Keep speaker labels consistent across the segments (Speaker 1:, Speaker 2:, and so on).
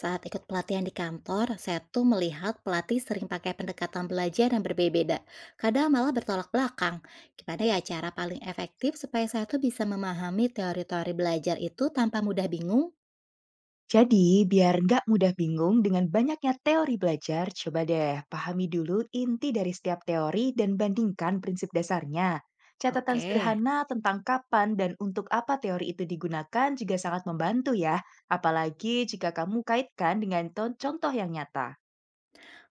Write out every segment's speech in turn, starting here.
Speaker 1: Saat ikut pelatihan di kantor, saya tuh melihat pelatih sering pakai pendekatan belajar yang berbeda, kadang malah bertolak belakang. Gimana ya cara paling efektif supaya saya tuh bisa memahami teori-teori belajar itu tanpa mudah bingung?
Speaker 2: Jadi, biar nggak mudah bingung dengan banyaknya teori belajar, coba deh pahami dulu inti dari setiap teori dan bandingkan prinsip dasarnya. Catatan
Speaker 1: Oke.
Speaker 2: sederhana tentang kapan dan untuk apa teori itu digunakan juga sangat membantu ya, apalagi jika kamu kaitkan dengan contoh yang nyata.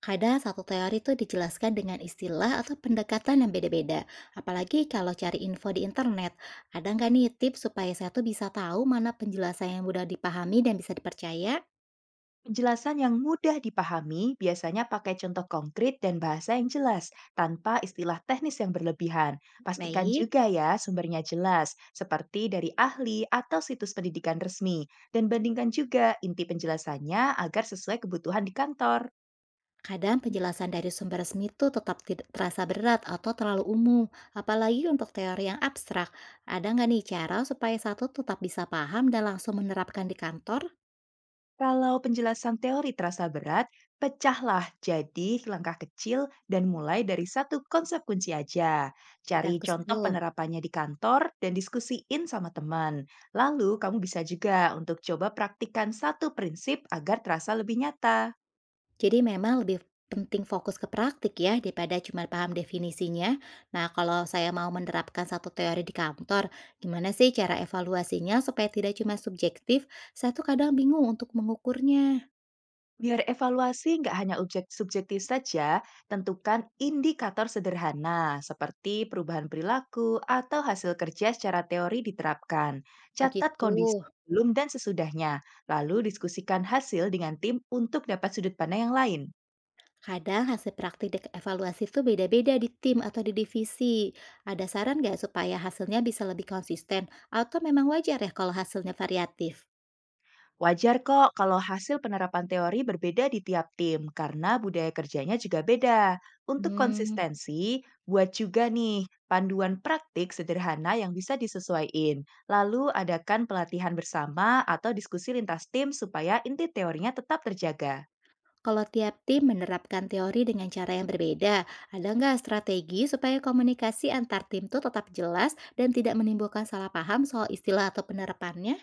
Speaker 1: Kadang satu teori tuh dijelaskan dengan istilah atau pendekatan yang beda-beda, apalagi kalau cari info di internet. Ada nggak nih tips supaya saya tuh bisa tahu mana penjelasan yang mudah dipahami dan bisa dipercaya?
Speaker 2: Penjelasan yang mudah dipahami biasanya pakai contoh konkret dan bahasa yang jelas, tanpa istilah teknis yang berlebihan. Pastikan
Speaker 1: Baik.
Speaker 2: juga ya sumbernya jelas, seperti dari ahli atau situs pendidikan resmi, dan bandingkan juga inti penjelasannya agar sesuai kebutuhan di kantor.
Speaker 1: Kadang penjelasan dari sumber resmi itu tetap tidak terasa berat atau terlalu umum, apalagi untuk teori yang abstrak. Ada nggak nih cara supaya satu tetap bisa paham dan langsung menerapkan di kantor?
Speaker 2: Kalau penjelasan teori terasa berat, pecahlah jadi langkah kecil dan mulai dari satu konsep kunci aja. Cari
Speaker 1: Bagus
Speaker 2: contoh
Speaker 1: tuh.
Speaker 2: penerapannya di kantor dan diskusiin sama teman. Lalu kamu bisa juga untuk coba praktikkan satu prinsip agar terasa lebih nyata.
Speaker 1: Jadi memang lebih penting fokus ke praktik ya daripada cuma paham definisinya. Nah, kalau saya mau menerapkan satu teori di kantor, gimana sih cara evaluasinya supaya tidak cuma subjektif? Saya tuh kadang bingung untuk mengukurnya.
Speaker 2: Biar evaluasi nggak hanya objek subjektif saja, tentukan indikator sederhana seperti perubahan perilaku atau hasil kerja secara teori diterapkan. Catat
Speaker 1: Begitu.
Speaker 2: kondisi sebelum dan sesudahnya, lalu diskusikan hasil dengan tim untuk dapat sudut pandang yang lain.
Speaker 1: Kadang hasil evaluasi itu beda-beda di tim atau di divisi. Ada saran nggak supaya hasilnya bisa lebih konsisten? Atau memang wajar ya kalau hasilnya variatif?
Speaker 2: Wajar kok kalau hasil penerapan teori berbeda di tiap tim, karena budaya kerjanya juga beda. Untuk
Speaker 1: Hmm,
Speaker 2: konsistensi, buat juga nih panduan praktik sederhana yang bisa disesuaikan. Lalu adakan pelatihan bersama atau diskusi lintas tim supaya inti teorinya tetap terjaga.
Speaker 1: kalau tiap tim menerapkan teori dengan cara yang berbeda, ada nggak strategi supaya komunikasi antar tim itu tetap jelas dan tidak menimbulkan salah paham soal istilah atau penerapannya?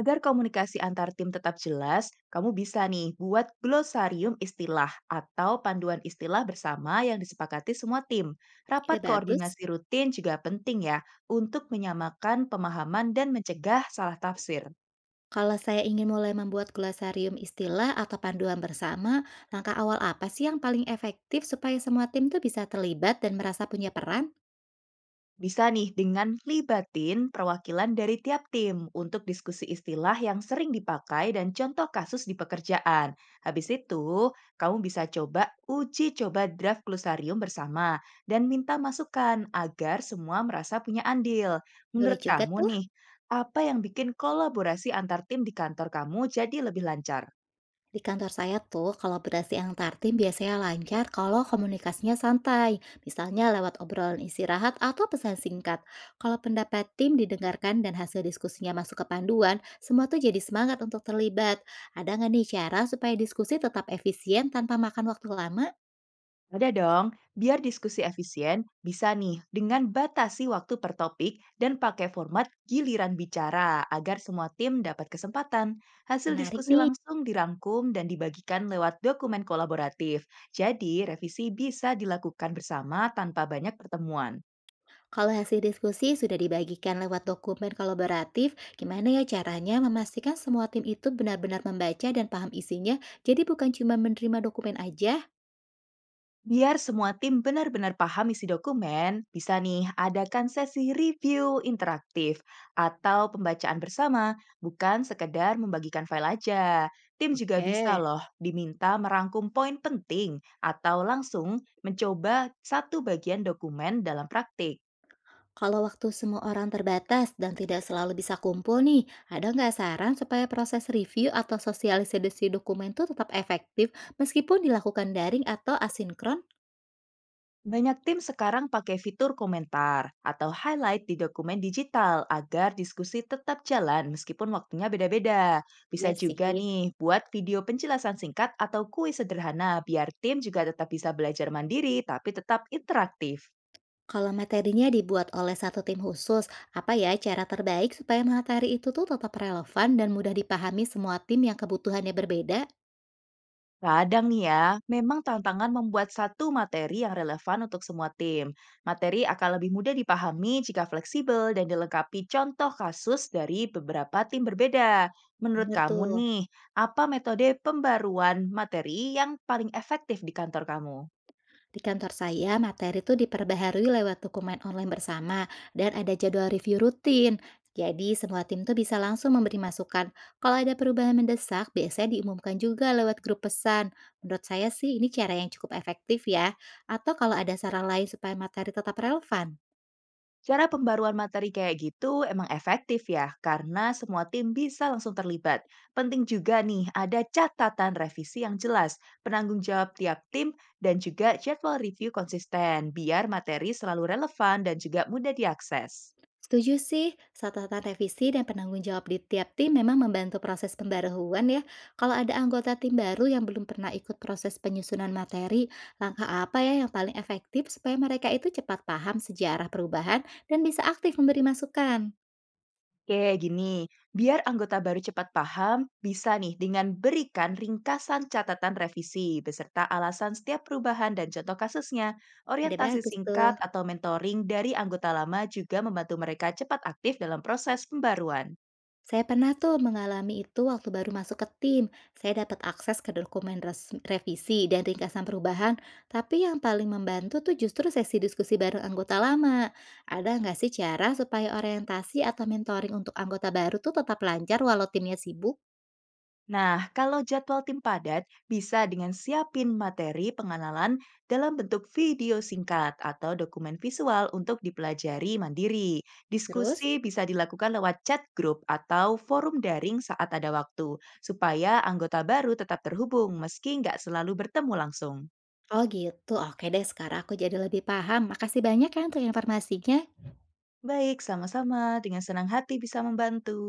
Speaker 2: Agar komunikasi antar tim tetap jelas, kamu bisa nih buat glosarium istilah atau panduan istilah bersama yang disepakati semua tim. Rapat
Speaker 1: Ide bagus.
Speaker 2: koordinasi rutin juga penting ya untuk menyamakan pemahaman dan mencegah salah tafsir.
Speaker 1: Kalau saya ingin mulai membuat glosarium istilah atau panduan bersama, langkah awal apa sih yang paling efektif supaya semua tim tuh bisa terlibat dan merasa punya peran?
Speaker 2: Bisa nih dengan libatin perwakilan dari tiap tim untuk diskusi istilah yang sering dipakai dan contoh kasus di pekerjaan. Habis itu, kamu bisa coba uji coba draft glosarium bersama dan minta masukan agar semua merasa punya andil.
Speaker 1: Boleh
Speaker 2: Menurut
Speaker 1: juga
Speaker 2: kamu
Speaker 1: tuh.
Speaker 2: nih, apa yang bikin kolaborasi antar tim di kantor kamu jadi lebih lancar?
Speaker 1: Di kantor saya tuh kolaborasi antar tim biasanya lancar kalau komunikasinya santai, misalnya lewat obrolan istirahat atau pesan singkat. Kalau pendapat tim didengarkan dan hasil diskusinya masuk ke panduan, semua tuh jadi semangat untuk terlibat. Ada nggak nih cara supaya diskusi tetap efisien tanpa makan waktu lama?
Speaker 2: Ada dong, biar diskusi efisien, bisa nih dengan batasi waktu per topik dan pakai format giliran bicara agar semua tim dapat kesempatan. Hasil
Speaker 1: Menarik
Speaker 2: diskusi
Speaker 1: nih.
Speaker 2: langsung dirangkum dan dibagikan lewat dokumen kolaboratif. Jadi, revisi bisa dilakukan bersama tanpa banyak pertemuan.
Speaker 1: Kalau hasil diskusi sudah dibagikan lewat dokumen kolaboratif, gimana ya caranya memastikan semua tim itu benar-benar membaca dan paham isinya, jadi bukan cuma menerima dokumen aja?
Speaker 2: Biar semua tim benar-benar paham isi dokumen, bisa nih adakan sesi review interaktif atau pembacaan bersama, bukan sekedar membagikan file aja. Tim juga bisa
Speaker 1: Oke.
Speaker 2: loh diminta merangkum poin penting atau langsung mencoba satu bagian dokumen dalam praktik.
Speaker 1: Kalau waktu semua orang terbatas dan tidak selalu bisa kumpul nih, ada nggak saran supaya proses review atau sosialisasi dokumen itu tetap efektif meskipun dilakukan daring atau asinkron?
Speaker 2: Banyak tim sekarang pakai fitur komentar atau highlight di dokumen digital agar diskusi tetap jalan meskipun waktunya beda-beda. Bisa
Speaker 1: Ya
Speaker 2: juga
Speaker 1: sih.
Speaker 2: nih buat video penjelasan singkat atau kuis sederhana biar tim juga tetap bisa belajar mandiri tapi tetap interaktif.
Speaker 1: Kalau materinya dibuat oleh satu tim khusus, apa ya cara terbaik supaya materi itu tuh tetap relevan dan mudah dipahami semua tim yang kebutuhannya berbeda?
Speaker 2: Kadang nih ya, memang tantangan membuat satu materi yang relevan untuk semua tim. Materi akan lebih mudah dipahami jika fleksibel dan dilengkapi contoh kasus dari beberapa tim berbeda. Menurut
Speaker 1: Bener
Speaker 2: kamu
Speaker 1: tuh.
Speaker 2: nih, apa metode pembaruan materi yang paling efektif di kantor kamu?
Speaker 1: Di kantor saya, materi itu diperbaharui lewat dokumen online bersama dan ada jadwal review rutin. Jadi semua tim tuh bisa langsung memberi masukan. Kalau ada perubahan mendesak, biasanya diumumkan juga lewat grup pesan. Menurut saya sih ini cara yang cukup efektif ya. Atau kalau ada saran lain supaya materi tetap relevan.
Speaker 2: Cara pembaruan materi kayak gitu emang efektif ya, karena semua tim bisa langsung terlibat. Penting juga nih, ada catatan revisi yang jelas, penanggung jawab tiap tim, dan juga jadwal review konsisten, biar materi selalu relevan dan juga mudah diakses.
Speaker 1: Setuju sih, catatan revisi dan penanggung jawab di tiap tim memang membantu proses pembaruan ya. Kalau ada anggota tim baru yang belum pernah ikut proses penyusunan materi, langkah apa ya yang paling efektif supaya mereka itu cepat paham sejarah perubahan dan bisa aktif memberi masukan?
Speaker 2: Oke, gini. Biar anggota baru cepat paham, bisa nih dengan berikan ringkasan catatan revisi beserta alasan setiap perubahan dan contoh kasusnya.
Speaker 1: Ide
Speaker 2: Orientasi
Speaker 1: bagus tuh.
Speaker 2: singkat atau mentoring dari anggota lama juga membantu mereka cepat aktif dalam proses pembaruan.
Speaker 1: Saya pernah tuh mengalami itu waktu baru masuk ke tim. Saya dapat akses ke revisi dan ringkasan perubahan, tapi yang paling membantu tuh justru sesi diskusi bareng anggota lama. Ada nggak sih cara supaya orientasi atau mentoring untuk anggota baru tuh tetap lancar walau timnya sibuk?
Speaker 2: Nah, kalau jadwal tim padat, bisa dengan siapin materi pengenalan dalam bentuk video singkat atau dokumen visual untuk dipelajari mandiri.
Speaker 1: Terus?
Speaker 2: Diskusi bisa dilakukan lewat chat grup atau forum daring saat ada waktu, supaya anggota baru tetap terhubung meski nggak selalu bertemu langsung.
Speaker 1: Oh gitu, oke deh sekarang aku jadi lebih paham. Makasih banyak ya untuk informasinya.
Speaker 2: Baik, sama-sama. Dengan senang hati bisa membantu.